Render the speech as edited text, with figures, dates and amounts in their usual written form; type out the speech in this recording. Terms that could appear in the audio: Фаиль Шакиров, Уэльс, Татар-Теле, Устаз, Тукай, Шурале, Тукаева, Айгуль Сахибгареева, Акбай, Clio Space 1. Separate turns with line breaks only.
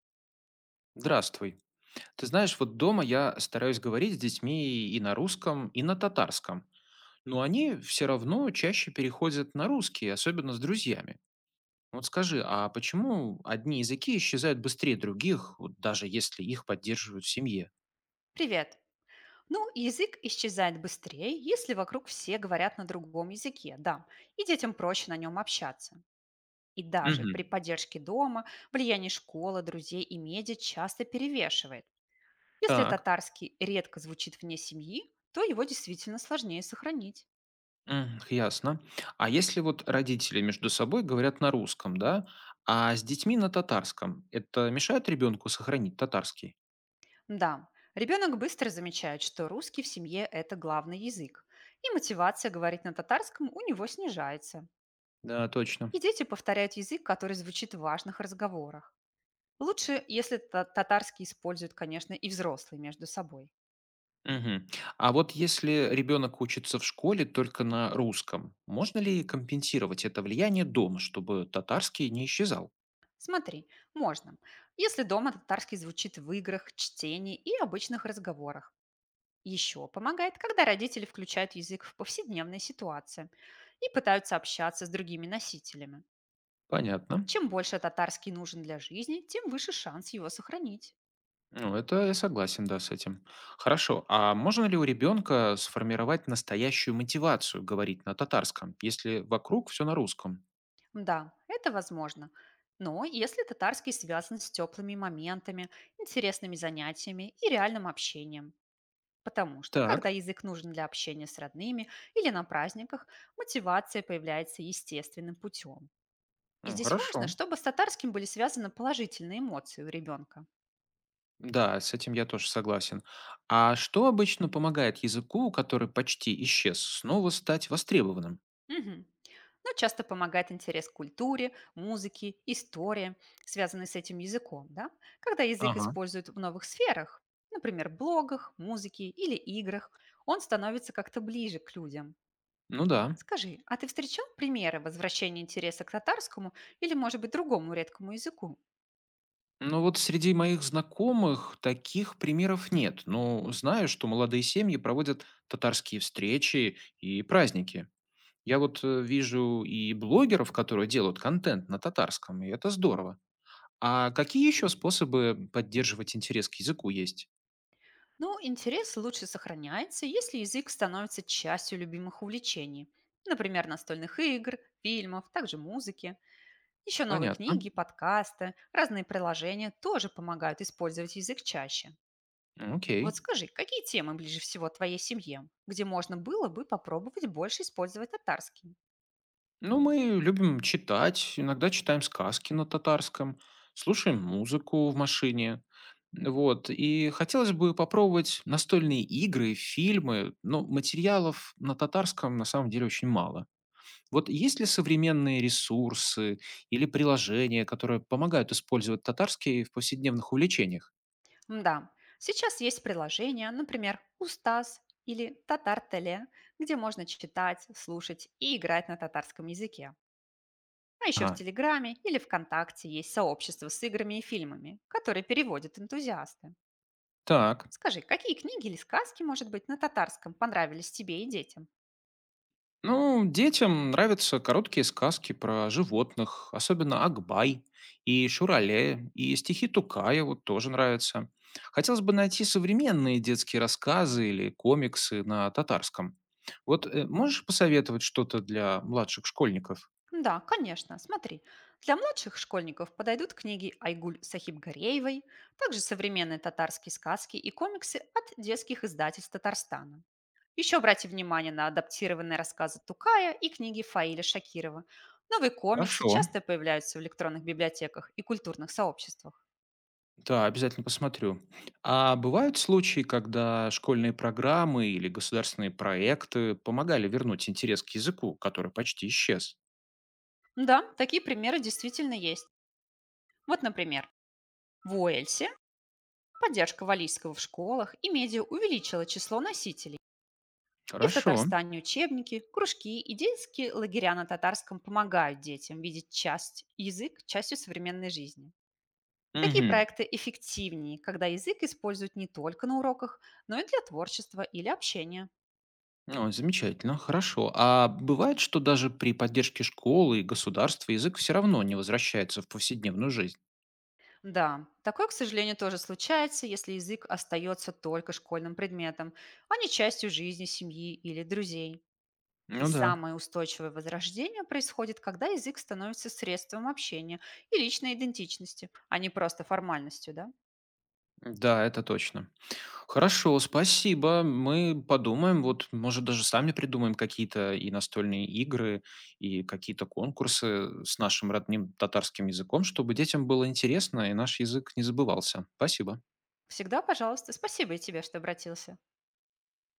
Здравствуй. Ты знаешь, вот дома я стараюсь говорить с детьми и на русском, и на татарском. Но они все равно чаще переходят на русский, особенно с друзьями. Вот скажи, а почему одни языки исчезают быстрее других, вот даже если их поддерживают в семье?
Привет. Ну, язык исчезает быстрее, если вокруг все говорят на другом языке, да, и детям проще на нем общаться. И даже при
Мгм.
поддержке дома влияние школы, друзей и медиа часто перевешивает. Если
Так,
татарский редко звучит вне семьи, то его действительно сложнее сохранить.
м, ясно. А если вот родители между собой говорят на русском, да, а с детьми на татарском, это мешает ребенку сохранить татарский?
Да, ребенок быстро замечает, что русский в семье– это главный язык, и мотивация говорить на татарском у него снижается.
Да, точно.
И дети повторяют язык, который звучит в важных разговорах. Лучше, если татарский используют, конечно, и взрослые между собой.
Мгм. А вот если ребенок учится в школе только на русском, можно ли компенсировать это влияние дома, чтобы татарский не исчезал?
Смотри, можно. Если дома татарский звучит в играх, чтении и обычных разговорах. Еще помогает, когда родители включают язык в повседневные ситуации и пытаются общаться с другими носителями.
Понятно.
Чем больше татарский нужен для жизни, тем выше шанс его сохранить.
Ну, это я согласен, да, с этим. Хорошо. А можно ли у ребенка сформировать настоящую мотивацию говорить на татарском, если вокруг все на русском?
Да, это возможно. Но если татарский связан с теплыми моментами, интересными занятиями и реальным общением, потому что, когда
Так.
язык нужен для общения с родными или на праздниках, мотивация появляется естественным путем. И
Ну,
здесь важно,
хорошо.
чтобы с татарским были связаны положительные эмоции у ребенка.
Да, с этим я тоже согласен. А что обычно помогает языку, который почти исчез, снова стать востребованным?
Мгм. Но часто помогает интерес к культуре, музыке, истории, связанной с этим языком, да? Когда язык
Ага.
используют в новых сферах, например, блогах, музыке или играх, он становится как-то ближе к людям.
Ну да.
Скажи, а ты встречал примеры возвращения интереса к татарскому или, может быть, другому редкому языку?
Ну вот среди моих знакомых таких примеров нет, но знаю, что молодые семьи проводят татарские встречи и праздники. Я вот вижу и блогеров, которые делают контент на татарском, и это здорово. А какие еще способы поддерживать интерес к языку есть?
Ну, интерес лучше сохраняется, если язык становится частью любимых увлечений. Например, настольных игр, фильмов, также музыки. Еще новые
Понятно.
книги, подкасты, разные приложения тоже помогают использовать язык чаще.
Окей.
Вот скажи, какие темы ближе всего твоей семье, где можно было бы попробовать больше использовать татарский?
Ну, мы любим читать, иногда читаем сказки на татарском, слушаем музыку в машине. Вот. И хотелось бы попробовать настольные игры, фильмы, но материалов на татарском на самом деле очень мало. Вот есть ли современные ресурсы или приложения, которые помогают использовать татарский в повседневных увлечениях?
Да, сейчас есть приложения, например, Устаз или Татар-Теле, где можно читать, слушать и играть на татарском языке. А еще в
Ага,
Телеграме или ВКонтакте есть сообщество с играми и фильмами, которые переводят энтузиасты.
так.
Скажи, какие книги или сказки, может быть, на татарском понравились тебе и детям?
Ну, детям нравятся короткие сказки про животных, особенно Акбай и Шурале, и стихи Тукаева тоже нравятся. Хотелось бы найти современные детские рассказы или комиксы на татарском. Вот можешь посоветовать что-то для младших школьников?
Да, конечно, смотри. Для младших школьников подойдут книги Айгуль Сахибгареевой, также современные татарские сказки и комиксы от детских издательств Татарстана. Еще обратите внимание на адаптированные рассказы Тукая и книги Фаиля Шакирова. Новые комиксы
Хорошо.
часто появляются в электронных библиотеках и культурных сообществах.
Да, обязательно посмотрю. А бывают случаи, когда школьные программы или государственные проекты помогали вернуть интерес к языку, который почти исчез?
Да, такие примеры действительно есть. Вот, например, в Уэльсе поддержка валийского в школах и медиа увеличила число носителей. И в
Хорошо.
Татарстане учебники, кружки и детские лагеря на татарском помогают детям видеть часть язык частью современной жизни. Такие
Мгм.
проекты эффективнее, когда язык используют не только на уроках, но и для творчества или общения.
Ой, замечательно, хорошо. А бывает, что даже при поддержке школы и государства язык все равно не возвращается в повседневную жизнь?
Да, такое, к сожалению, тоже случается, если язык остается только школьным предметом, а не частью жизни семьи или друзей. И
Ну да.
самое устойчивое возрождение происходит, когда язык становится средством общения и личной идентичности, а не просто формальностью, да?
Да, это точно. Хорошо, спасибо. Мы подумаем, вот, может, даже сами придумаем какие-то и настольные игры, и какие-то конкурсы с нашим родным татарским языком, чтобы детям было интересно и наш язык не забывался. Спасибо.
Всегда, пожалуйста, спасибо и тебе, что обратился.